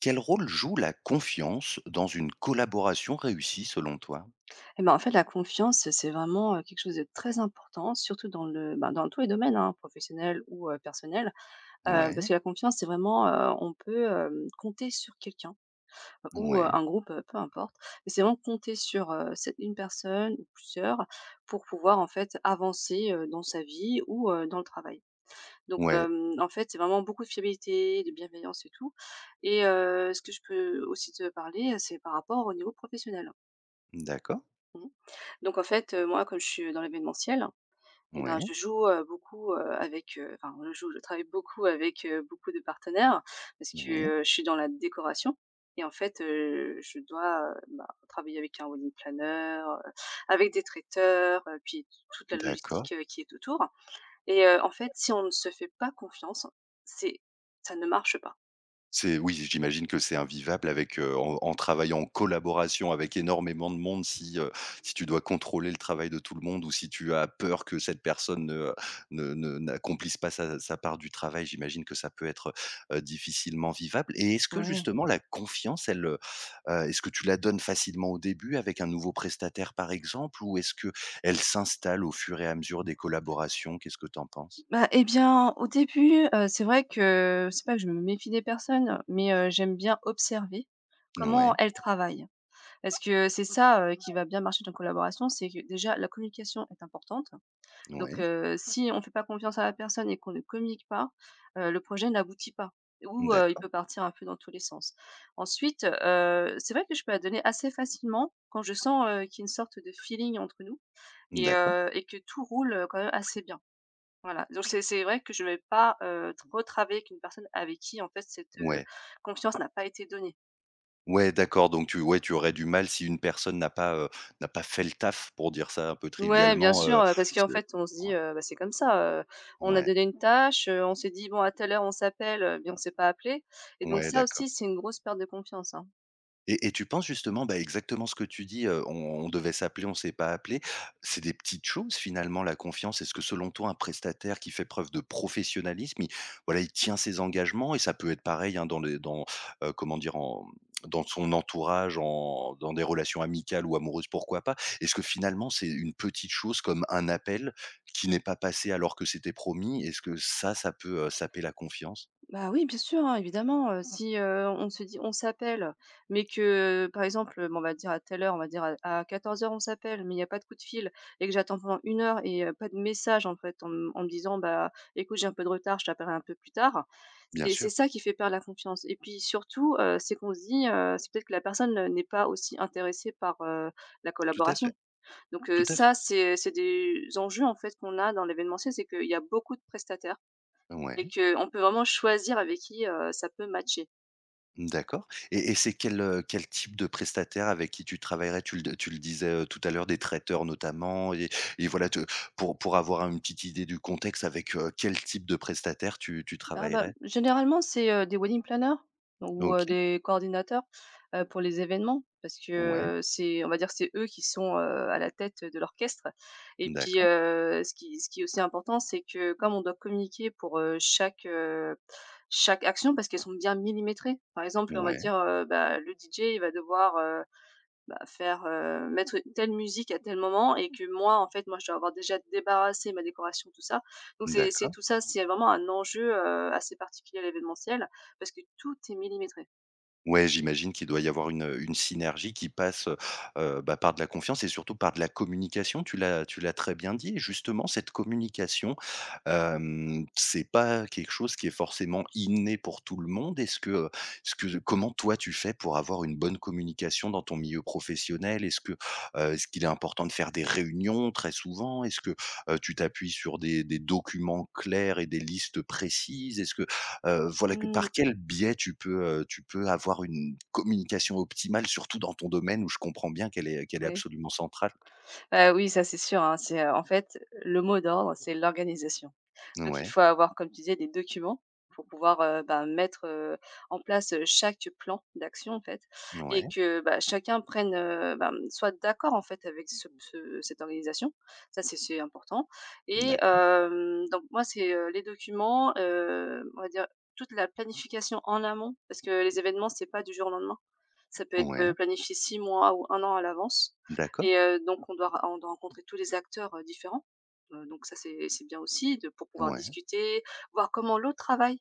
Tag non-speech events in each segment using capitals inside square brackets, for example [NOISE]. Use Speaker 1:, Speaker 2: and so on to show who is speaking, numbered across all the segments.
Speaker 1: Quel rôle joue la confiance dans une collaboration réussie selon toi?
Speaker 2: Eh ben, en fait, la confiance, c'est vraiment, quelque chose de très important, surtout dans tous les domaines, hein, professionnels ou, personnels. Heu,
Speaker 1: Ouais,
Speaker 2: parce que la confiance, c'est vraiment, on peut compter sur quelqu'un, ou,
Speaker 1: ouais,
Speaker 2: un groupe, peu importe. Mais c'est vraiment compter sur cette 1 personne ou plusieurs pour pouvoir, en fait, avancer, dans sa vie ou, dans le travail. Donc,
Speaker 1: ouais,
Speaker 2: hem, en fait, c'est vraiment beaucoup de fiabilité, de bienveillance et tout. Et ce que je peux aussi te parler, c'est par rapport au niveau professionnel.
Speaker 1: d'accord,
Speaker 2: Mmh. Donc en fait, moi comme je suis dans l'événementiel et ben,
Speaker 1: ouais,
Speaker 2: je joue, beaucoup, avec, enfin je joue, je travaille beaucoup avec beaucoup de partenaires parce
Speaker 1: ouais,
Speaker 2: que, je suis dans la décoration et en fait, je dois, bah, travailler avec un wedding planner, avec des traiteurs, puis toute la
Speaker 1: d'accord.
Speaker 2: logistique, qui est autour et en fait, si on ne se fait pas confiance, c'est ça ne marche
Speaker 1: C'est oui, j'imagine que c'est invivable avec, en travaillant en collaboration avec énormément de monde, si, si tu dois contrôler le travail de tout le monde ou si tu as peur que cette personne ne ne ne n'accomplisse pas sa part du travail. J'imagine que ça peut être, difficilement vivable. Et est-ce que
Speaker 2: pas.
Speaker 1: justement la confiance, elle, est-ce que tu la donnes facilement au début avec un nouveau prestataire, par exemple? Ou est-ce que elle s'installe au fur et à mesure des collaborations? Qu'est-ce que tu en penses?
Speaker 2: Bah, eh bien, au début, c'est vrai que c'est pas que je me méfie des personnes, mais j'aime bien observer comment
Speaker 1: Ouais,
Speaker 2: elles travaillent. Parce que c'est ça, qui va bien marcher dans la collaboration, c'est que déjà la communication est importante. Donc
Speaker 1: ouais,
Speaker 2: heu, si on ne fait pas confiance à la personne et qu'on ne communique pas, le projet n'aboutit pas ou il
Speaker 1: d'accord,
Speaker 2: peut partir un peu dans tous les sens. Ensuite, c'est vrai que je peux la donner assez facilement quand je sens, qu'il y a une sorte de feeling entre nous et
Speaker 1: d'accord,
Speaker 2: heu et que tout roule, quand même assez bien. Voilà, donc c'est vrai que je vais pas, t retravailler avec une personne avec qui en fait cette
Speaker 1: ouais.
Speaker 2: confiance n'a pas été donnée.
Speaker 1: Ouais, d'accord, donc tu ouais, tu aurais du mal si une personne n'a pas fait le taf pour dire ça un peu
Speaker 2: Ouais, bien
Speaker 1: trivialement,
Speaker 2: sûr, heu, parce qu'en
Speaker 1: ce
Speaker 2: fait on se dit,
Speaker 1: ouais,
Speaker 2: heu: «Bah, c'est comme ça, on a
Speaker 1: ouais,
Speaker 2: donné une tâche, on s'est dit: "Bon, à telle heure on s'appelle", mais on s'est pas appelé» et donc
Speaker 1: ouais,
Speaker 2: ça
Speaker 1: d'accord.
Speaker 2: aussi c'est une grosse perte de confiance, hein.
Speaker 1: Et tu penses justement, bah, exactement ce que tu dis, on devait s'appeler, on s'est pas appelé. C'est des petites choses finalement la confiance. Est-ce que selon toi un prestataire qui fait preuve de professionnalisme, il voilà, il tient ses engagements et ça peut être pareil, hein, dans les comment dire? En Dans son entourage, en dans des relations amicales ou amoureuses, pourquoi pas? Est-ce que finalement c'est une petite chose comme un appel qui n'est pas passé alors que c'était promis? Est-ce que ça peut, saper la confiance?
Speaker 2: Bah, oui, bien sûr, hein, évidemment, Mmh. si, on se dit on s'appelle, mais que, par exemple, bon, on va dire à telle heure, on va dire à 14 heures on s'appelle, mais il y a pas de coup de fil et que j'attends pendant une heure et pas de message, en fait, en me disant: «Bah, écoute, j'ai un peu de retard, je t'appellerai un peu plus tard».
Speaker 1: Bien
Speaker 2: C'est
Speaker 1: sûr,
Speaker 2: ça qui fait perdre la confiance et puis surtout, c'est qu'on se dit, c'est peut-être que la personne, n'est pas aussi intéressée par, la
Speaker 1: tout à fait,
Speaker 2: collaboration. Donc,
Speaker 1: tout à fait.
Speaker 2: ça, c'est des enjeux, en fait, qu'on a dans l'événementiel, c'est qu'il y a beaucoup de prestataires. Et
Speaker 1: Ouais.
Speaker 2: qu'on peut vraiment choisir avec qui, ça peut matcher.
Speaker 1: D'accord, et c'est quel type de prestataire avec qui tu travaillerais? Tu le disais, tout à l'heure, des traiteurs notamment et voilà te pour avoir une petite idée du contexte avec, quel type de prestataire tu
Speaker 2: Ah bah,
Speaker 1: travaillerais?
Speaker 2: généralement, c'est, des wedding planners ou,
Speaker 1: OK,
Speaker 2: des coordinateurs, pour les événements parce que,
Speaker 1: ouais,
Speaker 2: c'est on va dire, c'est eux qui sont, à la tête de l'orchestre et puis,
Speaker 1: d'accord,
Speaker 2: ce qui est aussi important, c'est que comme on doit communiquer pour, chaque action parce qu'elles sont bien millimétrées. Par exemple, on va
Speaker 1: ouais,
Speaker 2: dire, bah, le DJ, il va devoir, faire, mettre telle musique à tel moment et que moi, en fait, moi, je dois avoir déjà débarrassé ma décoration, tout ça. Donc c'est
Speaker 1: d'accord.
Speaker 2: tout ça, c'est vraiment un enjeu, assez particulier à l'événementiel parce que tout est millimétré.
Speaker 1: Ouais, j'imagine qu'il doit y avoir une, synergie qui passe, bah, par de la confiance et surtout par de la communication. Tu l'as très bien dit et justement cette communication, c'est pas quelque chose qui est forcément inné pour tout le monde. Est-ce que, ce que Comment toi tu fais pour avoir une bonne communication dans ton milieu professionnel? Est-ce que, est-ce qu'il est important de faire des réunions très souvent? Est-ce que, tu t'appuies sur des documents clairs et des listes précises? Est-ce que Voilà que
Speaker 2: Mmh,
Speaker 1: par quel biais tu peux, avoir une communication optimale, surtout dans ton domaine où je comprends bien qu'elle est
Speaker 2: oui.
Speaker 1: absolument centrale?
Speaker 2: Bah, oui, ça, c'est sûr, hein, c'est, en fait, le mot d'ordre, c'est l'organisation. Donc il
Speaker 1: Ouais,
Speaker 2: faut avoir, comme tu disais, des documents pour pouvoir, en place, chaque plan d'action, en fait et
Speaker 1: ouais,
Speaker 2: que, bah, chacun prenne, soit d'accord, en fait, avec ce ce cette organisation. Ça, c'est important et
Speaker 1: d'accord,
Speaker 2: donc moi, c'est, les documents, on va dire toute la planification en amont parce que les événements, c'est pas du jour au lendemain. Ça peut être,
Speaker 1: ouais,
Speaker 2: planifié 6 mois ou un an à l'avance
Speaker 1: d'accord,
Speaker 2: et donc on doit rencontrer tous les acteurs, différents. Donc ça, c'est bien aussi de pour pouvoir
Speaker 1: ouais,
Speaker 2: discuter, voir comment l'autre travaille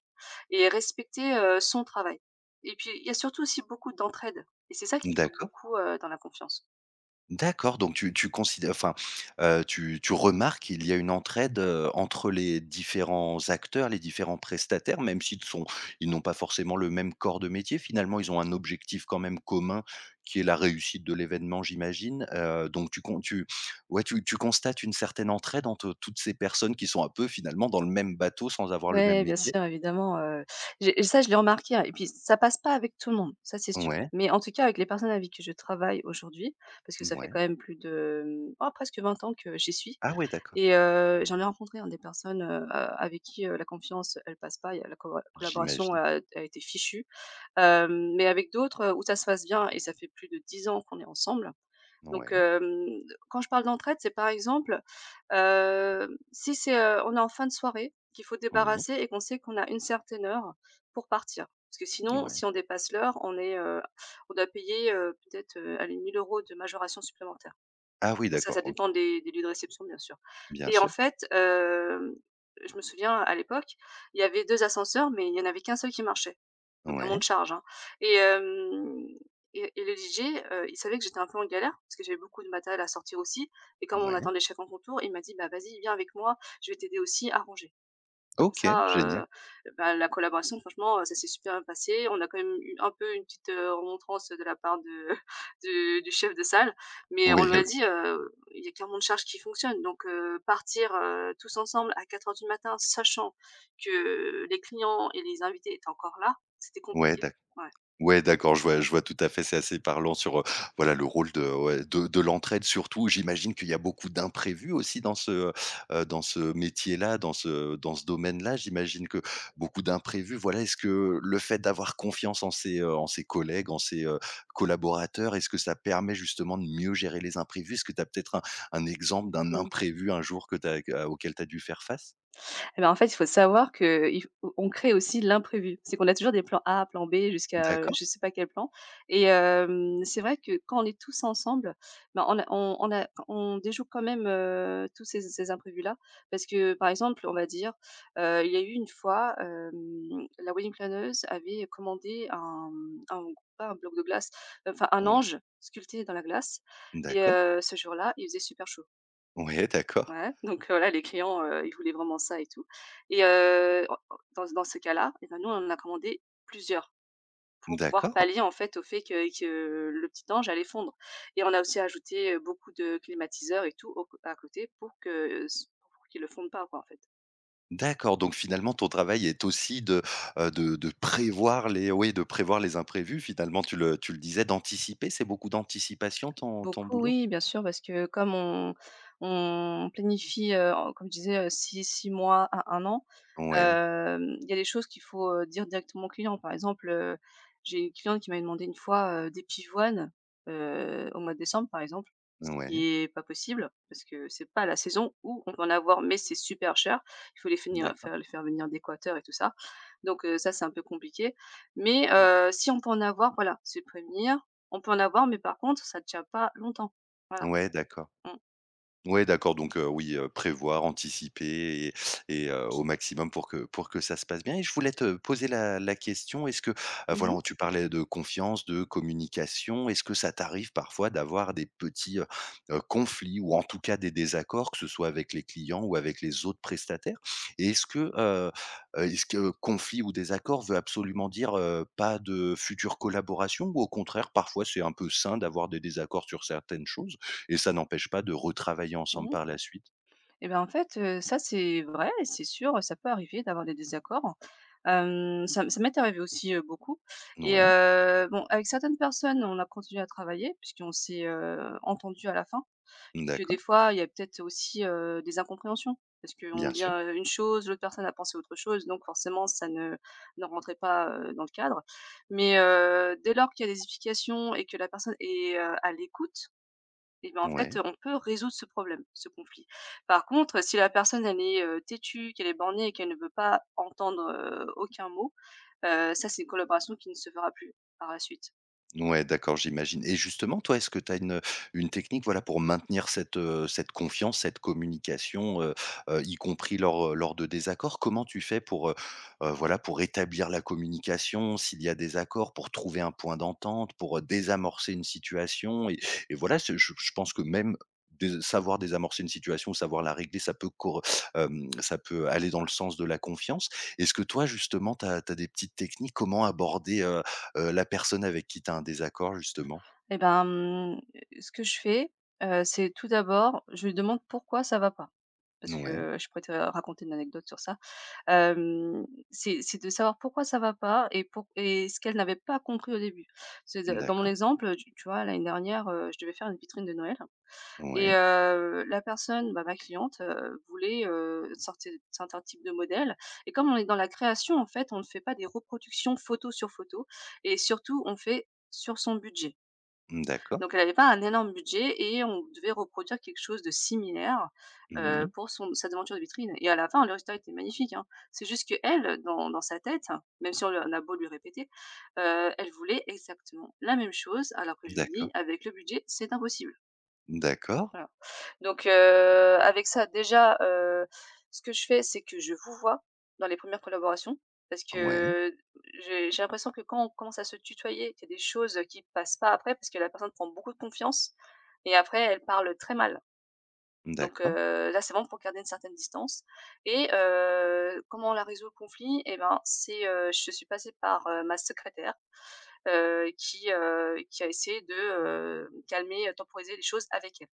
Speaker 2: et respecter, son travail. Et puis, il y a surtout aussi beaucoup d'entraide et c'est ça qui joue
Speaker 1: d'accord.
Speaker 2: beaucoup, dans la confiance.
Speaker 1: D'accord, donc tu considères, enfin, tu remarques qu'il y a une entraide, entre les différents acteurs, les différents prestataires, même s'ils sont ils n'ont pas forcément le même corps de métier, finalement, ils ont un objectif quand même commun qui est la réussite de l'événement, j'imagine, donc tu con tu ouais, tu constates une certaine entraide entre toutes ces personnes qui sont un peu, finalement, dans le même bateau sans avoir le même
Speaker 2: Ouais, bien
Speaker 1: métier?
Speaker 2: sûr, évidemment, j'ai ça, je l'ai remarqué, hein, et puis ça passe pas avec tout le monde, ça, c'est sûr.
Speaker 1: Ouais,
Speaker 2: Mais en tout cas, avec les personnes avec qui je travaille aujourd'hui, parce que ça fait
Speaker 1: ouais.
Speaker 2: quand même plus de presque 20 ans que j'y suis
Speaker 1: Ah ouais, d'accord,
Speaker 2: et j'en ai rencontré, hein, des personnes, avec qui, la confiance, elle passe pas, il y a la colla collaboration
Speaker 1: j'imagine.
Speaker 2: a été fichue. Mais avec d'autres, où ça se passe bien et ça fait plus de 10 ans qu'on est ensemble. Donc
Speaker 1: Ouais.
Speaker 2: hem, quand je parle d'entraide, c'est par exemple, si c'est, on est en fin de soirée, qu'il faut
Speaker 1: Mmh.
Speaker 2: débarrasser et qu'on sait qu'on a une certaine heure pour partir. Parce que sinon,
Speaker 1: Ouais.
Speaker 2: si on dépasse l'heure, on est, on doit payer, peut-être, allez 1 000 de majoration supplémentaire.
Speaker 1: Ah oui,
Speaker 2: Bah, ça
Speaker 1: d'accord,
Speaker 2: ça
Speaker 1: OK.
Speaker 2: dépend des lieux de réception, bien sûr
Speaker 1: Bien
Speaker 2: et en
Speaker 1: sûr.
Speaker 2: fait, je me souviens à l'époque, il y avait 2 ascenseurs, mais il y en avait qu'un seul qui marchait, donc un
Speaker 1: Ouais,
Speaker 2: monte charge, hein, et hem et le DJ, il savait que j'étais un peu en galère parce que j'avais beaucoup de matériel à sortir aussi et comme on
Speaker 1: ouais.
Speaker 2: attendait chacun son tour, il m'a dit: «Bah, vas-y, viens avec moi, je vais t'aider aussi à ranger».
Speaker 1: OK,
Speaker 2: Ça,
Speaker 1: génial.
Speaker 2: heu, la collaboration franchement, ça s'est super bien passé. On a quand même eu un peu une petite, remontrance de la part de [LAUGHS] du chef de salle, mais
Speaker 1: Oui,
Speaker 2: on lui a
Speaker 1: OK.
Speaker 2: dit, «Il y a qu'un monde charge qui fonctionne, donc partir, tous ensemble à 4 heures du matin, sachant que les clients et les invités étaient encore là, c'était
Speaker 1: Ouais,
Speaker 2: compliqué».
Speaker 1: d'ac
Speaker 2: Ouais.
Speaker 1: ouais, d'accord, je vois tout à fait, c'est assez parlant sur, voilà, le rôle de ouais, de l'entraide surtout. J'imagine qu'il y a beaucoup d'imprévus aussi dans dans ce métier-là, dans ce domaine-là. J'imagine que beaucoup d'imprévus, voilà, est-ce que le fait d'avoir confiance en ses, collègues, en ses, collaborateurs, est-ce que ça permet justement de mieux gérer les imprévus? Est-ce que tu as peut-être un exemple d'un imprévu un jour que tu auquel tu as dû faire face?
Speaker 2: Eh ben, en fait, il faut savoir qu'il f on crée aussi l'imprévu. C'est qu'on a toujours des plans A, plan B jusqu'à,
Speaker 1: D'accord,
Speaker 2: je sais pas quel plan et c'est vrai que quand on est tous ensemble, ben, on déjoue quand même, tous ces imprévus-là parce que, par exemple, on va dire, il y a eu une fois, la wedding planeuse avait commandé un, mmh, un pas un bloc de glace, enfin un
Speaker 1: ouais,
Speaker 2: ange sculpté dans la glace et
Speaker 1: d'accord,
Speaker 2: ce jour-là, il faisait super chaud.
Speaker 1: ouais, d'accord.
Speaker 2: Ouais, donc là les clients, ils voulaient vraiment ça et tout et en en dans dans ce cas-là et ben, nous, on en a commandé plusieurs pour pouvoir
Speaker 1: D'accord,
Speaker 2: pallier, en fait, au fait que le petit ange allait fondre et on a aussi ajouté, beaucoup de climatiseurs et tout au à côté pour que, s pour qu'il ne fonde pas, quoi, en fait.
Speaker 1: d'accord, donc finalement ton travail est aussi de prévoir les oui, de prévoir les imprévus finalement tu le disais d'anticiper, c'est beaucoup d'anticipation ton
Speaker 2: Beaucoup,
Speaker 1: boulot?
Speaker 2: oui, bien sûr, parce que comme on planifie, en comme je disais, 6 mois à un an,
Speaker 1: Ouais,
Speaker 2: il y a des choses qu'il faut, dire directement au client. Par exemple, j'ai une cliente qui m'a demandé une fois, des pivoines, au mois de décembre, par exemple, ce
Speaker 1: ouais,
Speaker 2: qui est pas possible parce que c'est pas la saison où on peut en avoir, mais c'est super cher. Il faut les finir
Speaker 1: d'accord,
Speaker 2: faire les faire venir d'Équateur et tout ça. Donc ça, c'est un peu compliqué. Mais
Speaker 1: ouais,
Speaker 2: si on peut en avoir, voilà, se prévenir on peut en avoir, mais par contre, ça tient pas longtemps. Voilà.
Speaker 1: ouais d'accord.
Speaker 2: Mmh.
Speaker 1: Ouais, d'accord, donc oui, prévoir, anticiper et au maximum pour que ça se passe bien et je voulais te poser la question. Est-ce que,
Speaker 2: Mmh
Speaker 1: voilà,
Speaker 2: mh.
Speaker 1: tu parlais de confiance, de communication. Est-ce que ça t'arrive parfois d'avoir des petits, conflits ou en tout cas des désaccords, que ce soit avec les clients ou avec les autres prestataires? Et est-ce que conflit ou désaccord veut absolument dire, pas de future collaboration ou au contraire, parfois, c'est un peu sain d'avoir des désaccords sur certaines choses? Et ça n'empêche pas de retravailler ensemble
Speaker 2: Mmh.
Speaker 1: par la suite.
Speaker 2: Et ben, en fait, ça c'est vrai, c'est sûr, ça peut arriver d'avoir des désaccords. Hem, ça m ça m'est arrivé aussi, beaucoup et
Speaker 1: Ouais,
Speaker 2: bon, avec certaines personnes, on a continué à travailler puisqu'on s'est, entendus à la fin. Que des
Speaker 1: d'accord,
Speaker 2: fois, il y a peut-être aussi, des incompréhensions. Parce qu'on
Speaker 1: bien
Speaker 2: dit,
Speaker 1: sûr.
Speaker 2: une chose, l'autre personne a pensé autre chose, donc forcément ça ne rentrait pas, dans le cadre. Mais, dès lors qu'il y a des explications et que la personne est, à l'écoute et ben, en fait,
Speaker 1: Ouais.
Speaker 2: on peut résoudre ce problème, ce conflit. Par contre, si la personne elle est, têtue, qu'elle est bornée et qu'elle ne veut pas entendre, aucun mot, ça c'est une collaboration qui ne se fera plus par la suite.
Speaker 1: Ouais, d'accord, j'imagine. Et justement, toi, est-ce que tu as une technique, voilà, pour maintenir cette confiance, cette communication, y compris lors de désaccords? Comment tu fais voilà, pour rétablir la communication s'il y a des accords, pour trouver un point d'entente, pour, désamorcer une situation? Et voilà, ce je pense que même dés savoir désamorcer une situation, savoir la régler, ça peut aller dans le sens de la confiance. Est-ce que toi, justement, tu as des petites techniques? Comment aborder, la personne avec qui tu as un désaccord justement.
Speaker 2: Et ben, mmh, ce que je fais, c'est tout d'abord, je lui demande pourquoi ça va pas. Parce
Speaker 1: Ouais,
Speaker 2: que je pourrais te raconter une anecdote sur ça. Hem, c'est de savoir pourquoi ça va pas et pour et ce qu'elle n'avait pas compris au début. C'est de dans mon
Speaker 1: d'accord.
Speaker 2: exemple, tu vois, l'année dernière, je devais faire une vitrine de Noël et
Speaker 1: Ouais,
Speaker 2: la personne, bah, ma cliente, voulait, sortir certains types de modèles et comme on est dans la création, en fait, on ne fait pas des reproductions photo sur photo et surtout on fait sur son budget.
Speaker 1: d'accord.
Speaker 2: Donc elle n'avait pas un énorme budget et on devait reproduire quelque chose de similaire,
Speaker 1: Mmh.
Speaker 2: pour son sa devanture de vitrine et à la fin, le résultat était magnifique, hein. C'est juste qu'elle, dans sa tête, même si on lui on a beau lui répéter, elle voulait exactement la même chose alors que je lui
Speaker 1: D'accord.
Speaker 2: dis: «Avec le budget, c'est impossible».
Speaker 1: D'accord.
Speaker 2: Voilà. Donc avec ça déjà, ce que je fais, c'est que je vous vois dans les premières collaborations parce
Speaker 1: Ouais.
Speaker 2: que j'ai l'impression que quand on commence à se tutoyer, qu'il y a des choses, qui passent pas après parce que la personne prend beaucoup de confiance et après elle parle très mal. Donc
Speaker 1: D'accord.
Speaker 2: là, c'est bon pour garder une certaine distance et comment on a résolu le conflit? Eh ben, c'est, je suis passée par, ma secrétaire, qui a essayé de, calmer, temporiser les choses avec elle.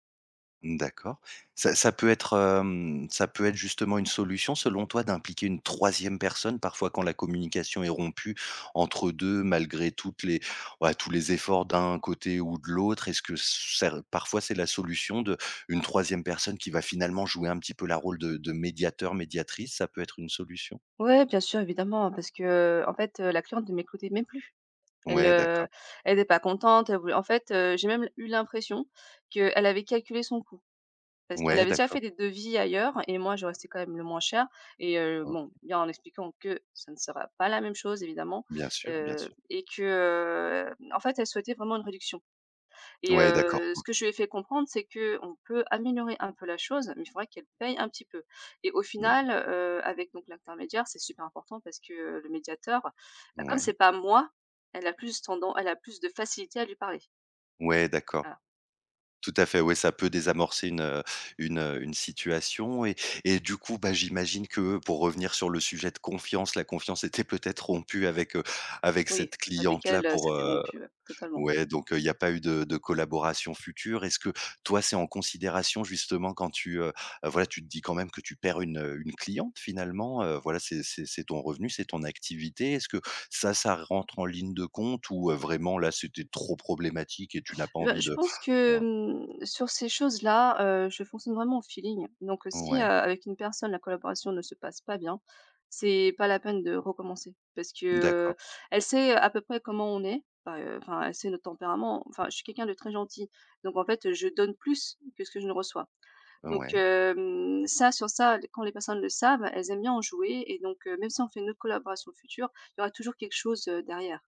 Speaker 1: D'accord. Ça ça peut être, ça peut être justement une solution selon toi d'impliquer une troisième personne parfois quand la communication est rompue entre 2, malgré toutes les ouais, tous les efforts d'un côté ou de l'autre? Est-ce que ça parfois c'est la solution de une troisième personne qui va finalement jouer un petit peu la rôle de médiateur, médiatrice, ça peut être une solution?
Speaker 2: Ouais, bien sûr, évidemment, parce que, en fait, la cliente ne m'écoutait même plus. Elle,
Speaker 1: Ouais, d'accord.
Speaker 2: elle n'était pas contente, elle voulait en fait, j'ai même eu l'impression qu'elle avait calculé son coût. Parce qu'elle
Speaker 1: Ouais,
Speaker 2: avait déjà
Speaker 1: d'accord.
Speaker 2: fait des devis ailleurs et moi, je restais quand même le moins cher et
Speaker 1: OK.
Speaker 2: bon, bien en expliquant que ça ne sera pas la même chose évidemment,
Speaker 1: Bien sûr, bien sûr.
Speaker 2: et que, en fait, elle souhaitait vraiment une réduction. Et
Speaker 1: Ouais, d'accord,
Speaker 2: ce
Speaker 1: OK.
Speaker 2: que je lui ai fait comprendre, c'est que on peut améliorer un peu la chose, mais il faudrait qu'elle paye un petit peu. Et au
Speaker 1: Mmh.
Speaker 2: final, avec donc l'intermédiaire, c'est super important parce que, le médiateur, bah, comme
Speaker 1: Ouais.
Speaker 2: c'est pas moi, elle a plus tendance, elle a plus de facilité à lui parler.
Speaker 1: Ouais, d'accord.
Speaker 2: Voilà.
Speaker 1: Tout à fait, ouais, ça peut désamorcer une situation et du coup, bah, j'imagine que pour revenir sur le sujet de confiance, la confiance était peut-être rompue avec
Speaker 2: Oui,
Speaker 1: cette
Speaker 2: avec
Speaker 1: cliente-là
Speaker 2: elle,
Speaker 1: pour.
Speaker 2: c'était rompu, ouais, totalement.
Speaker 1: Ouais, donc il n'y a pas eu de collaboration future. Est-ce que toi, c'est en considération justement quand voilà, tu te dis quand même que tu perds une cliente finalement, voilà, c'est ton revenu, c'est ton activité. Est-ce que ça rentre en ligne de compte ou vraiment là, c'était trop problématique et tu n'as pas
Speaker 2: Bah,
Speaker 1: envie
Speaker 2: je
Speaker 1: de
Speaker 2: pense que,
Speaker 1: ouais,
Speaker 2: mmh, sur ces choses-là, je fonctionne vraiment au feeling. Donc, si,
Speaker 1: ouais,
Speaker 2: avec une personne, la collaboration ne se passe pas bien, c'est pas la peine de recommencer parce que,
Speaker 1: d'accord,
Speaker 2: heu, elle sait à peu près comment on est, enfin, enfin, elle sait notre tempérament. Enfin, je suis quelqu'un de très gentil. Donc en fait, je donne plus que ce que je ne reçois. Donc
Speaker 1: ouais.
Speaker 2: ça, sur ça, quand les personnes le savent, elles aiment bien en jouer et donc même si on fait une autre collaboration future, il y aura toujours quelque chose, derrière.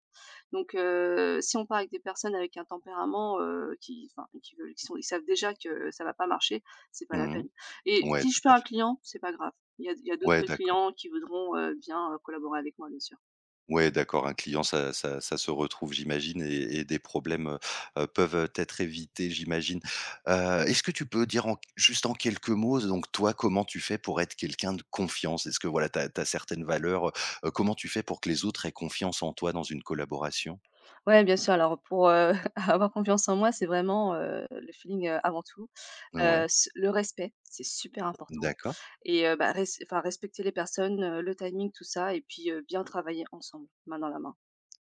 Speaker 2: Donc si on part avec des personnes avec un tempérament, qui enfin qui veulent qui sont ils savent déjà que ça va pas marcher, c'est pas la
Speaker 1: Mmh.
Speaker 2: peine et
Speaker 1: Ouais,
Speaker 2: si
Speaker 1: tout
Speaker 2: je perds
Speaker 1: à
Speaker 2: un
Speaker 1: fait.
Speaker 2: client, c'est pas grave. Il y a
Speaker 1: Ouais,
Speaker 2: d'autres
Speaker 1: d'accord.
Speaker 2: clients qui voudront, bien, collaborer avec moi, bien sûr.
Speaker 1: Ouais, d'accord, un client, ça ça se retrouve, j'imagine et des problèmes, peuvent être évités, j'imagine. Est-ce que tu peux dire en juste en quelques mots, donc toi, comment tu fais pour être quelqu'un de confiance? Est-ce que voilà, tu as certaines valeurs, comment tu fais pour que les autres aient confiance en toi dans une collaboration?
Speaker 2: Ouais, bien sûr. Alors pour, [LAUGHS] avoir confiance en moi, c'est vraiment, le feeling, avant tout.
Speaker 1: Ouais,
Speaker 2: S le respect, c'est super important
Speaker 1: d'accord.
Speaker 2: et bah, res enfin respecter les personnes, le timing, tout ça et puis, bien travailler ensemble, main dans la main.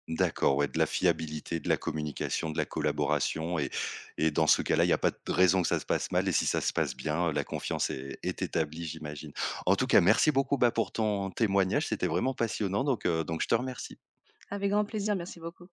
Speaker 1: D'accord, ouais, de la fiabilité, de la communication, de la collaboration et dans ce cas-là, il n'y a pas de raison que ça se passe mal et si ça se passe bien, la confiance est établie, j'imagine. En tout cas, merci beaucoup, bah, pour ton témoignage, c'était vraiment passionnant donc je te remercie.
Speaker 2: Avec grand plaisir, merci beaucoup.